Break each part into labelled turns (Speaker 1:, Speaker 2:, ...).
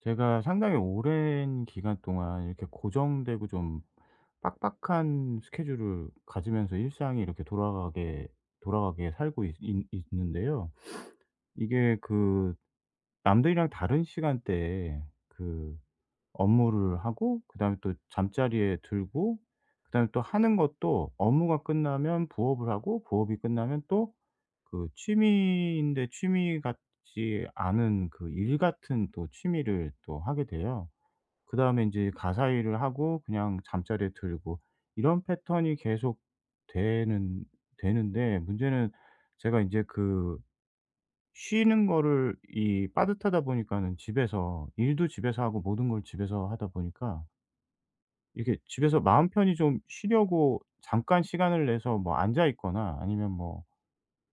Speaker 1: 제가 상당히 오랜 기간 동안 이렇게 고정되고 좀 빡빡한 스케줄을 가지면서 일상이 이렇게 돌아가게 살고 있는데요. 이게 그 남들이랑 다른 시간대에 그 업무를 하고, 그다음에 또 잠자리에 들고, 그다음에 또 하는 것도 업무가 끝나면 부업을 하고, 부업이 끝나면 또 그 취미인데 취미 같지 않은 그 일 같은 또 취미를 또 하게 돼요. 그다음에 이제 가사 일을 하고 그냥 잠자리에 들고, 이런 패턴이 계속 되는 되는데, 문제는 제가 인제 그 쉬는 거를 이 빠듯하다 보니까는 집에서 일도 집에서 하고 모든 걸 집에서 하다 보니까, 이렇게 집에서 마음 편히 좀 쉬려고 잠깐 시간을 내서 뭐 앉아 있거나 아니면 뭐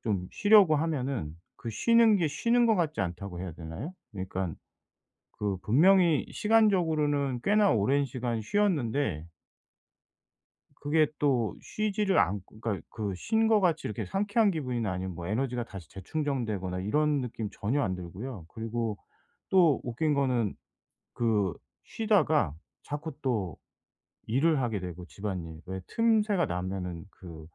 Speaker 1: 좀 쉬려고 하면은, 그 쉬는 게 쉬는 것 같지 않다고 해야 되나요? 그러니깐 그 분명히 시간적으로는 꽤나 오랜 시간 쉬었는데 그게 또 쉬지를 않고, 그러니까 그 쉰 것 같이 이렇게 상쾌한 기분이나 아니면 뭐 에너지가 다시 재충전되거나 이런 느낌 전혀 안 들고요. 그리고 또 웃긴 거는, 그 쉬다가 자꾸 또 일을 하게 되고, 집안일. 왜 틈새가 나면은 그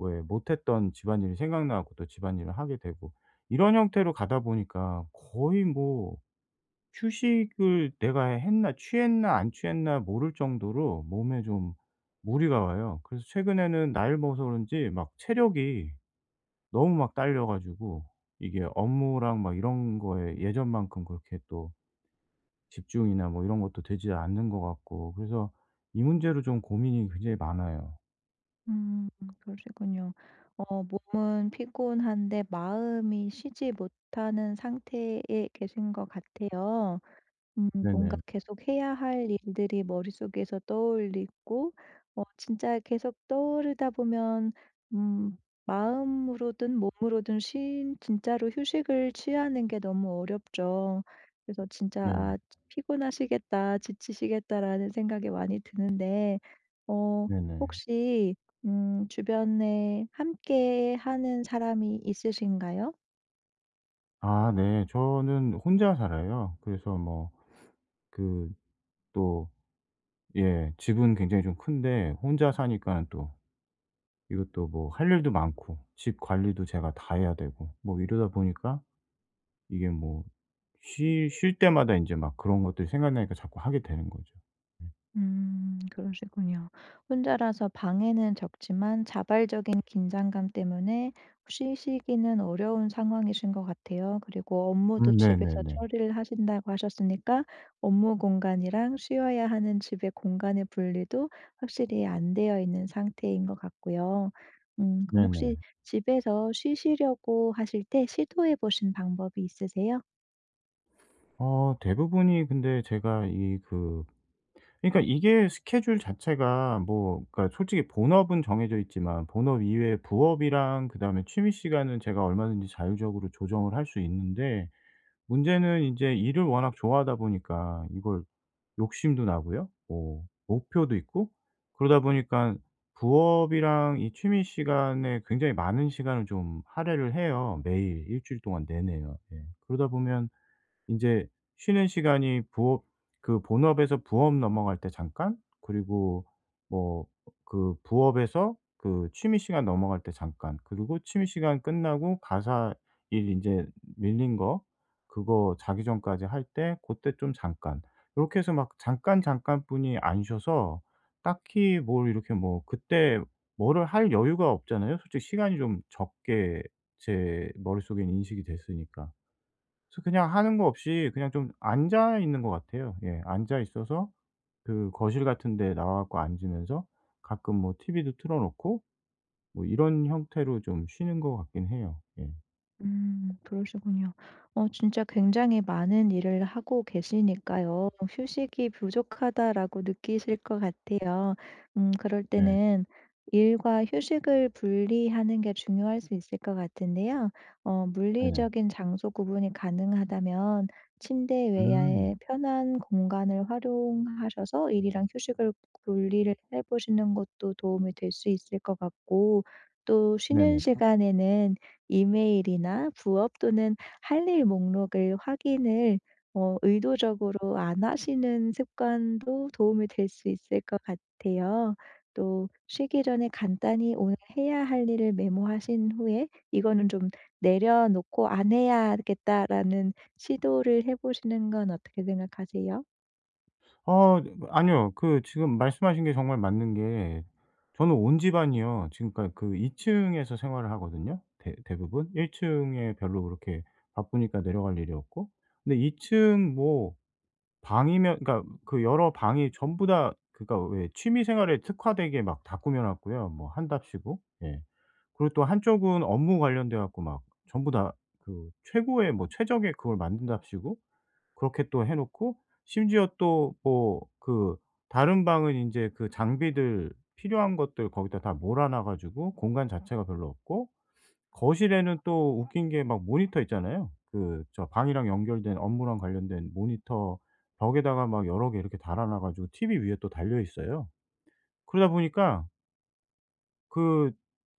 Speaker 1: 왜 못했던 집안일이 생각나고 또 집안일을 하게 되고, 이런 형태로 가다 보니까 거의 뭐 휴식을 내가 했나, 취했나 안 취했나 모를 정도로 몸에 좀 무리가 와요. 그래서 최근에는 나이를 먹어서 그런지 막 체력이 너무 막 딸려 가지고, 이게 업무랑 막 이런 거에 예전만큼 그렇게 또 집중이나 뭐 이런 것도 되지 않는 것 같고, 그래서 이 문제로 좀 고민이 굉장히 많아요.
Speaker 2: 음 그러시군요. 몸은 피곤한데 마음이 쉬지 못하는 상태에 계신 것 같아요. 뭔가
Speaker 1: 네네.
Speaker 2: 계속 해야 할 일들이 머릿속에서 떠올리고 진짜 계속 떠오르다 보면 음 마음으로든 몸으로든 쉰 진짜로 휴식을 취하는 게 너무 어렵죠. 그래서 진짜
Speaker 1: 네네.
Speaker 2: '아 피곤하시겠다. 지치시겠다.'라는 생각이 많이 드는데 어
Speaker 1: 네네.
Speaker 2: 혹시 주변에 함께 하는 사람이 있으신가요?
Speaker 1: 아, 네. 저는 혼자 살아요. 그래서 뭐 그 또, 예, 집은 굉장히 좀 큰데 혼자 사니까는 또 이것도 뭐 할 일도 많고 집 관리도 제가 다 해야 되고, 뭐 이러다 보니까 이게 뭐 쉬 쉴 때마다 인제 막 그런 것들이 생각나니까 자꾸 하게 되는 거죠. 네.
Speaker 2: 그러시군요. 혼자라서 방해는 적지만 자발적인 긴장감 때문에 쉬시기는 어려운 상황이신 것 같아요. 그리고 업무도
Speaker 1: 음,
Speaker 2: 집에서
Speaker 1: 네네네.
Speaker 2: 처리를 하신다고 하셨으니까 업무 공간이랑 쉬어야 하는 집의 공간의 분리도 확실히 안 되어 있는 상태인 것 같고요. 그럼 혹시
Speaker 1: 네네.
Speaker 2: 집에서 쉬시려고 하실 때 시도해 보신 방법이 있으세요?
Speaker 1: 어, 대부분이 근데 제가 이 그 그러니까 이게 스케줄 자체가, 뭐 그러니까 솔직히 본업은 정해져 있지만 본업 이외에 부업이랑 그다음에 취미 시간은 제가 얼마든지 자율적으로 조정을 할 수 있는데, 문제는 인제 일을 워낙 좋아하다 보니까 이걸 욕심도 나고요. 뭐 목표도 있고 그러다 보니까 부업이랑 이 취미 시간에 굉장히 많은 시간을 좀 할애를 해요, 매일 일 주일 동안 내내요. 예. 그러다 보면 인제 쉬는 시간이, 부업, 그 본업에서 부업 넘어갈 때 잠깐, 그리고 뭐 그 부업에서 그 취미 시간 넘어갈 때 잠깐, 그리고 취미 시간 끝나고 가사 일 인제 밀린 거 그거 자기 전까지 할 때 고때 좀 잠깐, 요렇게 해서 막 잠깐 잠깐뿐이 안 쉬어서, 딱히 뭘 이렇게 뭐 그때 뭐를 할 여유가 없잖아요. 솔직히 시간이 좀 적게 제 머릿속엔 인식이 됐으니까. 그래서 그냥 하는 거 없이 그냥 좀 앉아 있는 것 같아요. 예. 앉아 있어서 그 거실 같은 데 나와 갖고 앉으면서, 가끔 뭐티비도 틀어 놓고 뭐 이런 형태로 좀 쉬는 것 같긴 해요. 예.
Speaker 2: 그러시군요. 진짜 굉장히 많은 일을 하고 계시니까요. '휴식이 부족하다.'라고 느끼실 것 같아요. 그럴
Speaker 1: 네.
Speaker 2: 때는 일과 휴식을 분리하는 게 중요할 수 있을 것 같은데요.
Speaker 1: 네네.
Speaker 2: 물리적인 장소 구분이 가능하다면 침대
Speaker 1: 음.
Speaker 2: 외야의 편한 공간을 활용하셔서 일이랑 휴식을 분리를 해 보시는 것도 도움이 될 수 있을 것 같고 또 쉬는
Speaker 1: 네네.
Speaker 2: 시간에는 이메일이나 부업 또는 할 일 목록을 확인을 의도적으로 안 하시는 습관도 도움이 될 수 있을 것 같아요. 또 쉬기 전에 간단히 오늘 해야 할 일을 메모하신 후에 '이거는 좀 내려놓고 안 해야겠다.'라는 시도를 해 보시는 건 어떻게 생각하세요?
Speaker 1: 어, 아니요. 그 지금 말씀하신 게 정말 맞는 게, 저는 온 집안이요, 지금까지 그 2 층에서 생활을 하거든요, 대 대부분. 1 층에 별로 그렇게 바쁘니까 내려갈 일이 없고. 근데 2층뭐 방이면, 그러니까 그 여러 방이 전부 다, 그러니까 왜 취미 생활에 특화되게 막 다 꾸며 놨고요, 뭐 한답시고. 예. 그리고 또 한쪽은 업무 관련돼 갖고 막 전부 다 그 최고의, 뭐 최적의 그걸 만든답시고 그렇게 또 해 놓고, 심지어 또 뭐 그 다른 방은 인제 그 장비들 필요한 것들 거기다 다 몰아 놔 가지고 공간 자체가 별로 없고, 거실에는 또 웃긴 게 막 모니터 있잖아요. 그 저 방이랑 연결된 업무랑 관련된 모니터, 벽에다가 막 여러 개 이렇게 달아 놔 가지고 TV 위에 또 달려 있어요. 그러다 보니까 그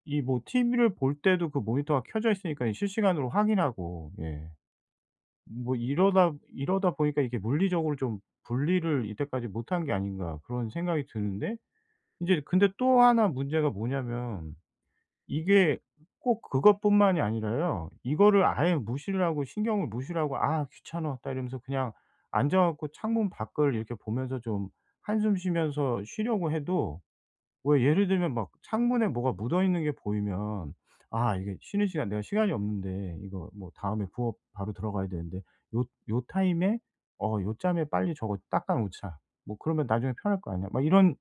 Speaker 1: 이 뭐 TV를 볼 때도 그 모니터가 켜져 있으니까 이 실시간으로 확인하고. 예. 뭐 이러다 보니까 이게 '물리적으로 좀 분리를 이때까지 못한 게 아닌가.' 그런 생각이 드는데, 인제 근데 또 하나 문제가 뭐냐면, 이게 꼭 그것뿐만이 아니라요. 이거를 아예 무시를 하고, 신경을 무시를 하고 '아, 귀찮아.'다 이러면서 그냥 앉아 갖고 창문 밖을 이렇게 보면서 좀 한숨 쉬면서 쉬려고 해도, 왜 예를 들면 막 창문에 뭐가 묻어 있는 게 보이면 '아, 이게 쉬는 시간 내가 시간이 없는데, 이거 뭐 다음에 부업 바로 들어가야 되는데 요 요 타임에 요짬에 빨리 저거 닦아 놓자. 뭐 그러면 나중에 편할 거 아니야.' 막 이런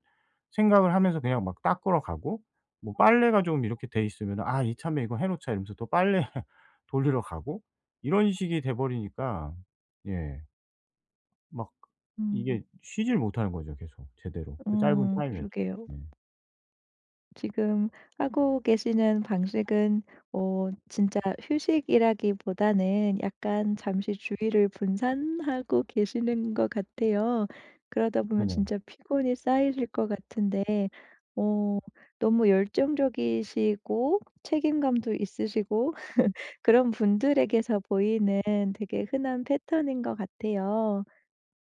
Speaker 1: 생각을 하면서 그냥 막 닦으러 가고, 뭐 빨래가 좀 이렇게 돼 있으면 '아, 이참에 이거 해 놓자.' 이러면서 또 빨래 돌리러 가고, 이런 식이 돼 버리니까. 예. 막 이게
Speaker 2: 음.
Speaker 1: 쉬질 못하는 거죠, 계속 제대로. 그 짧은 타임에도.
Speaker 2: 그러게요.
Speaker 1: 예.
Speaker 2: 지금 하고 계시는 방식은 진짜 휴식이라기보다는 약간 잠시 주의를 분산하고 계시는 것 같아요. 그러다 보면
Speaker 1: 네네.
Speaker 2: 진짜 피곤이 쌓이실 것 같은데 어 너무 열정적이시고 책임감도 있으시고 그런 분들에게서 보이는 되게 흔한 패턴인 것 같아요.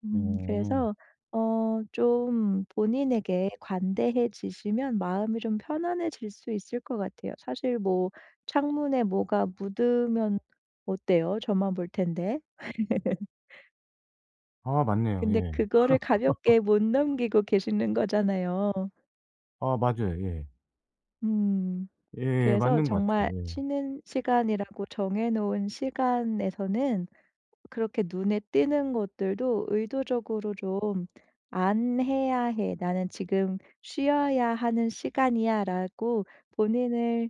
Speaker 1: 어.
Speaker 2: 그래서 좀 본인에게 관대해지시면 마음이 좀 편안해질 수 있을 것 같아요. 사실 뭐 창문에 뭐가 묻으면 어때요? 저만 볼 텐데.
Speaker 1: 아, 맞네요.
Speaker 2: 근데
Speaker 1: 예.
Speaker 2: 그거를 가볍게 못 넘기고 계시는 거잖아요.
Speaker 1: 아, 맞아요. 예.
Speaker 2: 음.
Speaker 1: 예예.
Speaker 2: 그래서
Speaker 1: 맞는 것
Speaker 2: 정말
Speaker 1: 같아요. 예.
Speaker 2: 쉬는 시간이라고 정해 놓은 시간에서는 그렇게 눈에 띄는 것들도 의도적으로 좀 "안 해야 해. 나는 지금 쉬어야 하는 시간이야."라고 본인을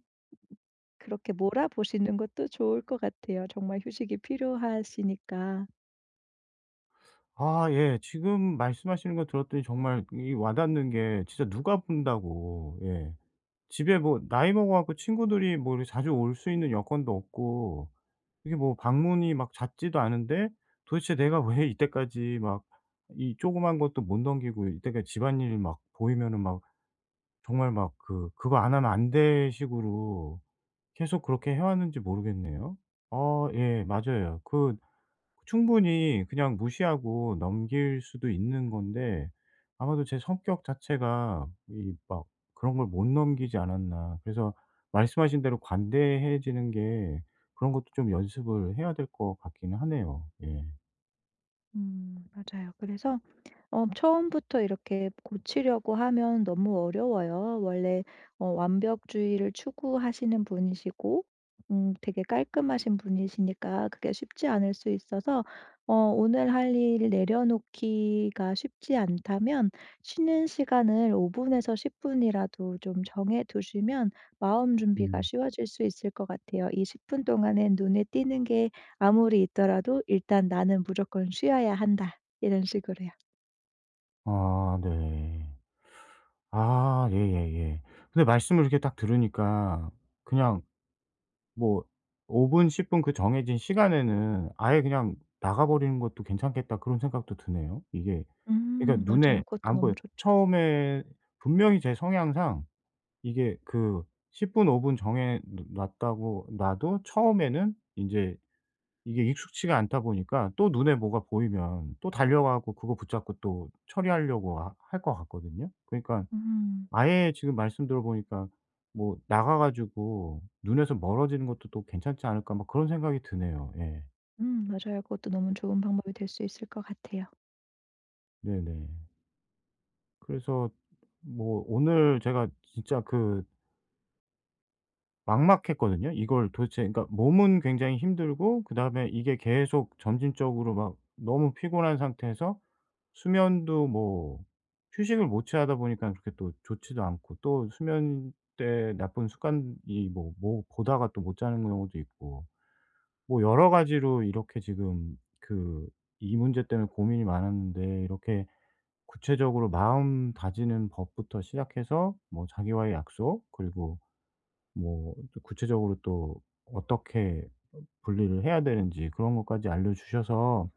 Speaker 2: 그렇게 몰아보시는 것도 좋을 것 같아요 정말 휴식이 필요하시니까.
Speaker 1: 아, 예. 지금 말씀하시는 거 들었더니 정말 이 와 닿는 게, 진짜 누가 본다고. 예. 집에 뭐 나이 먹어 갖고 친구들이 뭐 이렇게 자주 올 수 있는 여건도 없고, 이게 뭐 방문이 막 잦지도 않은데, 도대체 내가 왜 이때까지 막 이 조그만 것도 못 넘기고, 이때까지 집안일 막 보이면은 막 정말 막 그거 안 하면 안 돼 식으로 계속 그렇게 해 왔는지 모르겠네요. 아, 예, 맞아요. 그 충분히 그냥 무시하고 넘길 수도 있는 건데, 아마도 제 성격 자체가 이 막 그런 걸 못 넘기지 않았나. 그래서 말씀하신 대로 관대해지는 게, 그런 것도 좀 연습을 해야 될 것 같기는 하네요. 예.
Speaker 2: 맞아요. 그래서 처음부터 이렇게 고치려고 하면 너무 어려워요. 원래 완벽주의를 추구하시는 분이시고 되게 깔끔하신 분이시니까 그게 쉽지 않을 수 있어서 오늘 할 일 내려놓기가 쉽지 않다면 쉬는 시간을 5 분에서 10 분이라도 좀 정해 두시면 마음 준비가
Speaker 1: 음.
Speaker 2: 쉬워질 수 있을 것 같아요. 이 10분 동안에 눈에 띄는 게 아무리 있더라도 '일단 나는 무조건 쉬어야 한다.' 이런 식으로요.
Speaker 1: 아, 네. 아, 예, 예예. 근데 말씀을 이렇게 딱 들으니까, 그냥 뭐 5 분, 10분 그 정해진 시간에는 아예 그냥 나가 버리는 것도 괜찮겠다, 그런 생각도 드네요. 이게 그러니까
Speaker 2: 맞아요.
Speaker 1: 눈에
Speaker 2: 그것도
Speaker 1: 안
Speaker 2: 너무
Speaker 1: 보여요,
Speaker 2: 좋죠.
Speaker 1: 처음에. 분명히 제 성향상 이게 그 10 분, 5분 정해 놓 놨다고 놔도, 처음에는 인제 이게 익숙치가 않다 보니까 또 눈에 뭐가 보이면 또 달려가고, 그거 붙잡고 또 처리하려고 하 할 것 같거든요. 그러니까
Speaker 2: 음.
Speaker 1: 아예, 지금 말씀 들어보니까 뭐 나가 가지고 눈에서 멀어지는 것도 또 '괜찮지 않을까.' 막 그런 생각이 드네요. 예.
Speaker 2: 맞아요. 그것도 너무 좋은 방법이 될 수 있을 것 같아요.
Speaker 1: 네네. 그래서 뭐 오늘 제가 진짜 그 막막했거든요. 이걸 도대체, 그러니까 몸은 굉장히 힘들고 그다음에 이게 계속 점진적으로 막 너무 피곤한 상태에서, 수면도 뭐 휴식을 못 취하다 보니까 그렇게 또 좋지도 않고, 또 수면 때 나쁜 습관이 뭐 보다가 또 못 자는 경우도 있고, 뭐 여러 가지로 이렇게 지금 그 이 문제 때문에 고민이 많았는데, 이렇게 구체적으로 마음 다지는 법부터 시작해서 뭐 자기와의 약속, 그리고 뭐 또 구체적으로 또 어떻게 분리를 해야 되는지 그런 것까지 알려주셔서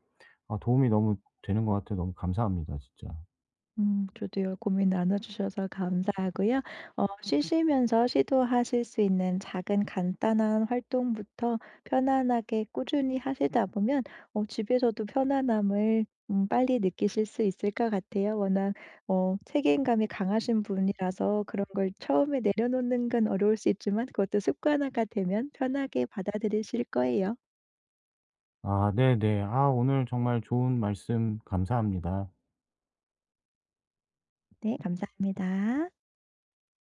Speaker 1: 아, 도움이 너무 되는 것 같아요. 너무 감사합니다, 진짜.
Speaker 2: 저도요 고민 나눠 주셔서 감사하고요. 쉬시면서 시도하실 수 있는 작은 간단한 활동부터 편안하게 꾸준히 하시다 보면 집에서도 편안함을 빨리 느끼실 수 있을 것 같아요. 워낙 책임감이 강하신 분이라서 그런 걸 처음에 내려놓는 건 어려울 수 있지만 그것도 습관화가 되면 편하게 받아들이실 거예요.
Speaker 1: 아, 네네. 아, 오늘 정말 좋은 말씀 감사합니다.
Speaker 2: 네, 감사합니다.